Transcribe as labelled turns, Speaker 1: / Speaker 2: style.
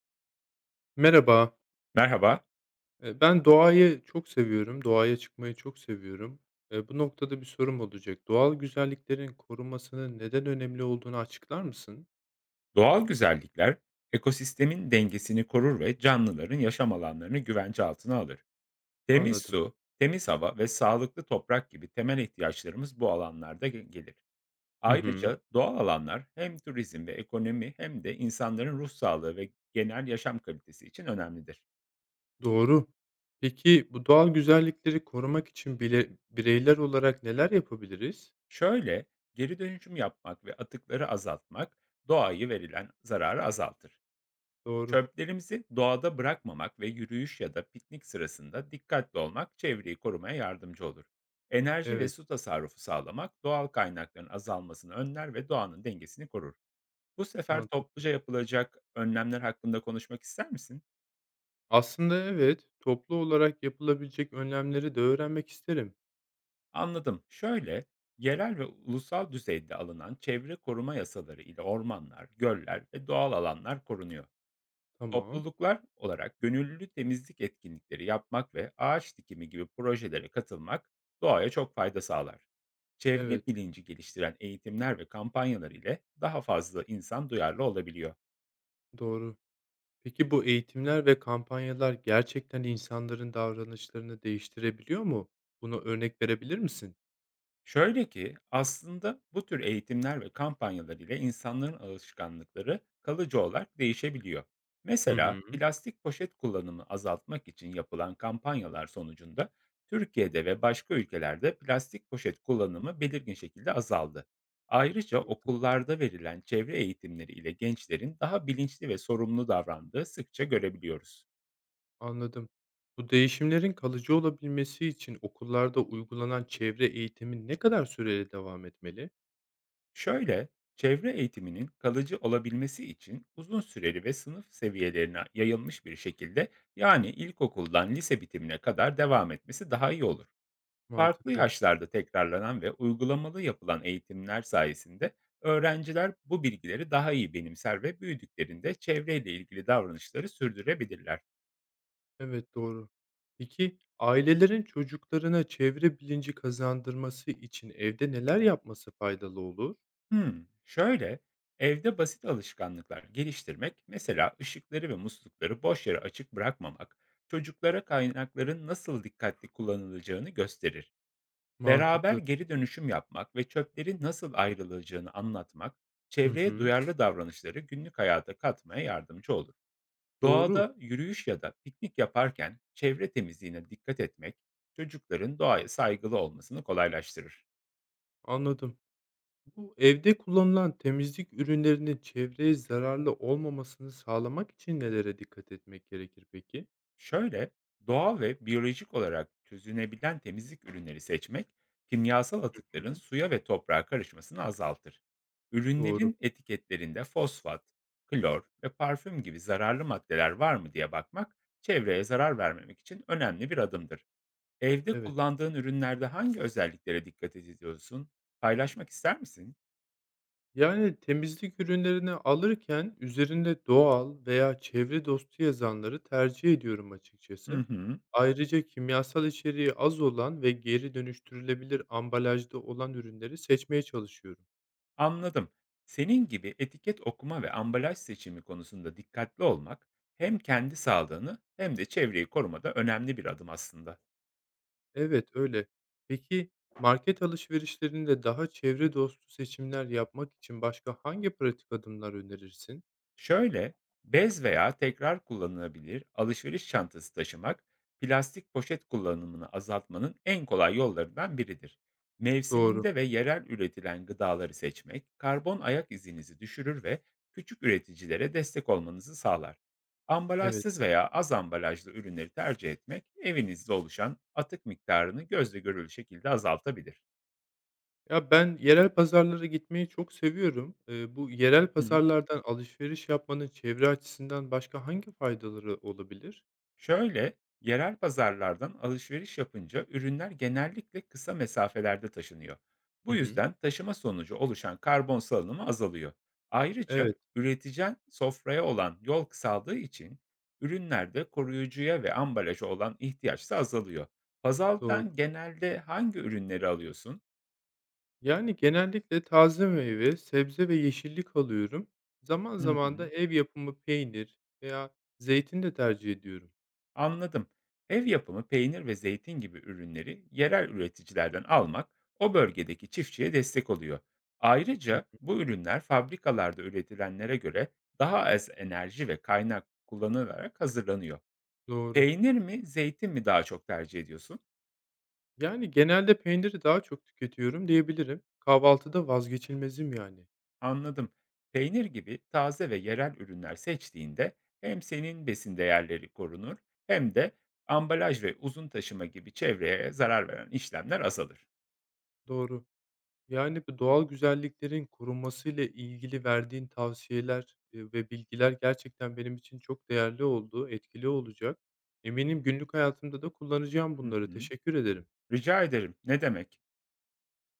Speaker 1: Merhaba.
Speaker 2: Merhaba.
Speaker 1: Ben doğayı çok seviyorum, doğaya çıkmayı çok seviyorum. Bu noktada bir sorum olacak. Doğal güzelliklerin korunmasının neden önemli olduğunu açıklar mısın?
Speaker 2: Doğal güzellikler ekosistemin dengesini korur ve canlıların yaşam alanlarını güvence altına alır. Temiz
Speaker 1: Anladım.
Speaker 2: su, temiz hava ve sağlıklı toprak gibi temel ihtiyaçlarımız bu alanlarda gelir.
Speaker 1: Hı hı.
Speaker 2: Ayrıca doğal alanlar hem turizm ve ekonomi hem de insanların ruh sağlığı ve genel yaşam kalitesi için önemlidir.
Speaker 1: Doğru. Peki bu doğal güzellikleri korumak için bile bireyler olarak neler yapabiliriz?
Speaker 2: Şöyle, geri dönüşüm yapmak ve atıkları azaltmak doğayı verilen zararı azaltır.
Speaker 1: Doğru.
Speaker 2: Çöplerimizi doğada bırakmamak ve yürüyüş ya da piknik sırasında dikkatli olmak çevreyi korumaya yardımcı olur. Enerji ve
Speaker 1: Evet,
Speaker 2: su tasarrufu sağlamak doğal kaynakların azalmasını önler ve doğanın dengesini korur. Bu sefer
Speaker 1: mantıklı.
Speaker 2: topluca yapılacak önlemler hakkında konuşmak ister misin?
Speaker 1: Aslında evet, toplu olarak yapılabilecek önlemleri de öğrenmek isterim.
Speaker 2: Anladım. Şöyle, yerel ve ulusal düzeyde alınan çevre koruma yasaları ile ormanlar, göller ve doğal alanlar korunuyor.
Speaker 1: Tamam.
Speaker 2: Topluluklar olarak gönüllü temizlik etkinlikleri yapmak ve ağaç dikimi gibi projelere katılmak doğaya çok fayda sağlar. Çevre
Speaker 1: Evet,
Speaker 2: bilinci geliştiren eğitimler ve kampanyalar ile daha fazla insan duyarlı olabiliyor.
Speaker 1: doğru. Peki bu eğitimler ve kampanyalar gerçekten insanların davranışlarını değiştirebiliyor mu? Buna örnek verebilir misin?
Speaker 2: Şöyle ki aslında bu tür eğitimler ve kampanyalar ile insanların alışkanlıkları kalıcı olarak değişebiliyor.
Speaker 1: Hı
Speaker 2: Mesela
Speaker 1: hı.
Speaker 2: plastik poşet kullanımı azaltmak için yapılan kampanyalar sonucunda Türkiye'de ve başka ülkelerde plastik poşet kullanımı belirgin şekilde azaldı. Ayrıca okullarda verilen çevre eğitimleri ile gençlerin daha bilinçli ve sorumlu davrandığı sıkça görebiliyoruz.
Speaker 1: Anladım. Bu değişimlerin kalıcı olabilmesi için okullarda uygulanan çevre eğitimi ne kadar süreli devam etmeli?
Speaker 2: Şöyle, çevre eğitiminin kalıcı olabilmesi için uzun süreli ve sınıf seviyelerine yayılmış bir şekilde, yani ilkokuldan lise bitimine kadar devam etmesi daha iyi olur. Farklı
Speaker 1: Mantıklı.
Speaker 2: yaşlarda tekrarlanan ve uygulamalı yapılan eğitimler sayesinde öğrenciler bu bilgileri daha iyi benimser ve büyüdüklerinde çevreyle ilgili davranışları sürdürebilirler.
Speaker 1: Evet, doğru. Peki ailelerin çocuklarına çevre bilinci kazandırması için evde neler yapması faydalı olur?
Speaker 2: Şöyle, evde basit alışkanlıklar geliştirmek, mesela ışıkları ve muslukları boş yere açık bırakmamak, çocuklara kaynakların nasıl dikkatli kullanılacağını gösterir. Beraber
Speaker 1: Mantıklı.
Speaker 2: geri dönüşüm yapmak ve çöplerin nasıl ayrılacağını anlatmak,
Speaker 1: Hı
Speaker 2: çevreye
Speaker 1: hı.
Speaker 2: duyarlı davranışları günlük hayata katmaya yardımcı olur.
Speaker 1: Doğru.
Speaker 2: Doğada yürüyüş ya da piknik yaparken çevre temizliğine dikkat etmek, çocukların doğaya saygılı olmasını kolaylaştırır.
Speaker 1: Anladım. Bu evde kullanılan temizlik ürünlerinin çevreye zararlı olmamasını sağlamak için nelere dikkat etmek gerekir peki?
Speaker 2: Şöyle, doğal ve biyolojik olarak çözünebilen temizlik ürünleri seçmek, kimyasal
Speaker 1: Hı.
Speaker 2: atıkların suya ve toprağa karışmasını azaltır.
Speaker 1: Doğru.
Speaker 2: Ürünlerin etiketlerinde fosfat, klor ve parfüm gibi zararlı maddeler var mı diye bakmak, çevreye zarar vermemek için önemli bir adımdır. Evde
Speaker 1: Evet.
Speaker 2: kullandığın ürünlerde hangi özelliklere dikkat ediyorsun? Paylaşmak ister misin?
Speaker 1: Yani temizlik ürünlerini alırken üzerinde doğal veya çevre dostu yazanları tercih ediyorum
Speaker 2: Hı
Speaker 1: açıkçası.
Speaker 2: hı.
Speaker 1: Ayrıca kimyasal içeriği az olan ve geri dönüştürülebilir ambalajda olan ürünleri seçmeye çalışıyorum.
Speaker 2: Anladım. Senin gibi etiket okuma ve ambalaj seçimi konusunda dikkatli olmak hem kendi sağlığını hem de çevreyi korumada önemli bir adım aslında.
Speaker 1: Evet, öyle. Peki, market alışverişlerinde daha çevre dostu seçimler yapmak için başka hangi pratik adımlar önerirsin?
Speaker 2: Şöyle, bez veya tekrar kullanılabilir alışveriş çantası taşımak, plastik poşet kullanımını azaltmanın en kolay yollarından biridir.
Speaker 1: Doğru,
Speaker 2: Mevsiminde ve yerel üretilen gıdaları seçmek, karbon ayak izinizi düşürür ve küçük üreticilere destek olmanızı sağlar.
Speaker 1: evet.
Speaker 2: Ambalajsız veya az ambalajlı ürünleri tercih etmek, evinizde oluşan atık miktarını gözle görülür şekilde azaltabilir.
Speaker 1: Ya, ben yerel pazarlara gitmeyi çok seviyorum. Bu yerel
Speaker 2: Hı.
Speaker 1: pazarlardan alışveriş yapmanın çevre açısından başka hangi faydaları olabilir?
Speaker 2: Şöyle, yerel pazarlardan alışveriş yapınca ürünler genellikle kısa mesafelerde taşınıyor.
Speaker 1: Hı
Speaker 2: Bu
Speaker 1: hı.
Speaker 2: yüzden taşıma sonucu oluşan karbon salınımı azalıyor.
Speaker 1: Evet,
Speaker 2: Ayrıca üreticen sofraya olan yol kısaldığı için ürünlerde koruyucuya ve ambalaja olan ihtiyaç da azalıyor.
Speaker 1: doğru.
Speaker 2: Pazardan genelde hangi ürünleri alıyorsun?
Speaker 1: Yani, genellikle taze meyve, sebze ve yeşillik alıyorum. Zaman
Speaker 2: Hı
Speaker 1: zaman da
Speaker 2: hı.
Speaker 1: ev yapımı peynir veya zeytin de tercih ediyorum.
Speaker 2: Anladım. Ev yapımı peynir ve zeytin gibi ürünleri yerel üreticilerden almak o bölgedeki çiftçiye destek oluyor.
Speaker 1: Hı.
Speaker 2: Ayrıca bu ürünler fabrikalarda üretilenlere göre daha az enerji ve kaynak kullanılarak hazırlanıyor.
Speaker 1: Doğru.
Speaker 2: Peynir mi, zeytin mi daha çok tercih ediyorsun?
Speaker 1: Yani, genelde peyniri daha çok tüketiyorum diyebilirim. Kahvaltıda vazgeçilmezim yani.
Speaker 2: Anladım. Peynir gibi taze ve yerel ürünler seçtiğinde hem senin besin değerleri korunur hem de ambalaj ve uzun taşıma gibi çevreye zarar veren işlemler azalır.
Speaker 1: Doğru. Yani, bu doğal güzelliklerin korunmasıyla ilgili verdiğin tavsiyeler, ve bilgiler gerçekten benim için çok değerli oldu, etkili olacak. Eminim günlük hayatımda da kullanacağım
Speaker 2: Hı
Speaker 1: bunları.
Speaker 2: hı.
Speaker 1: Teşekkür ederim.
Speaker 2: Rica ederim. Ne demek.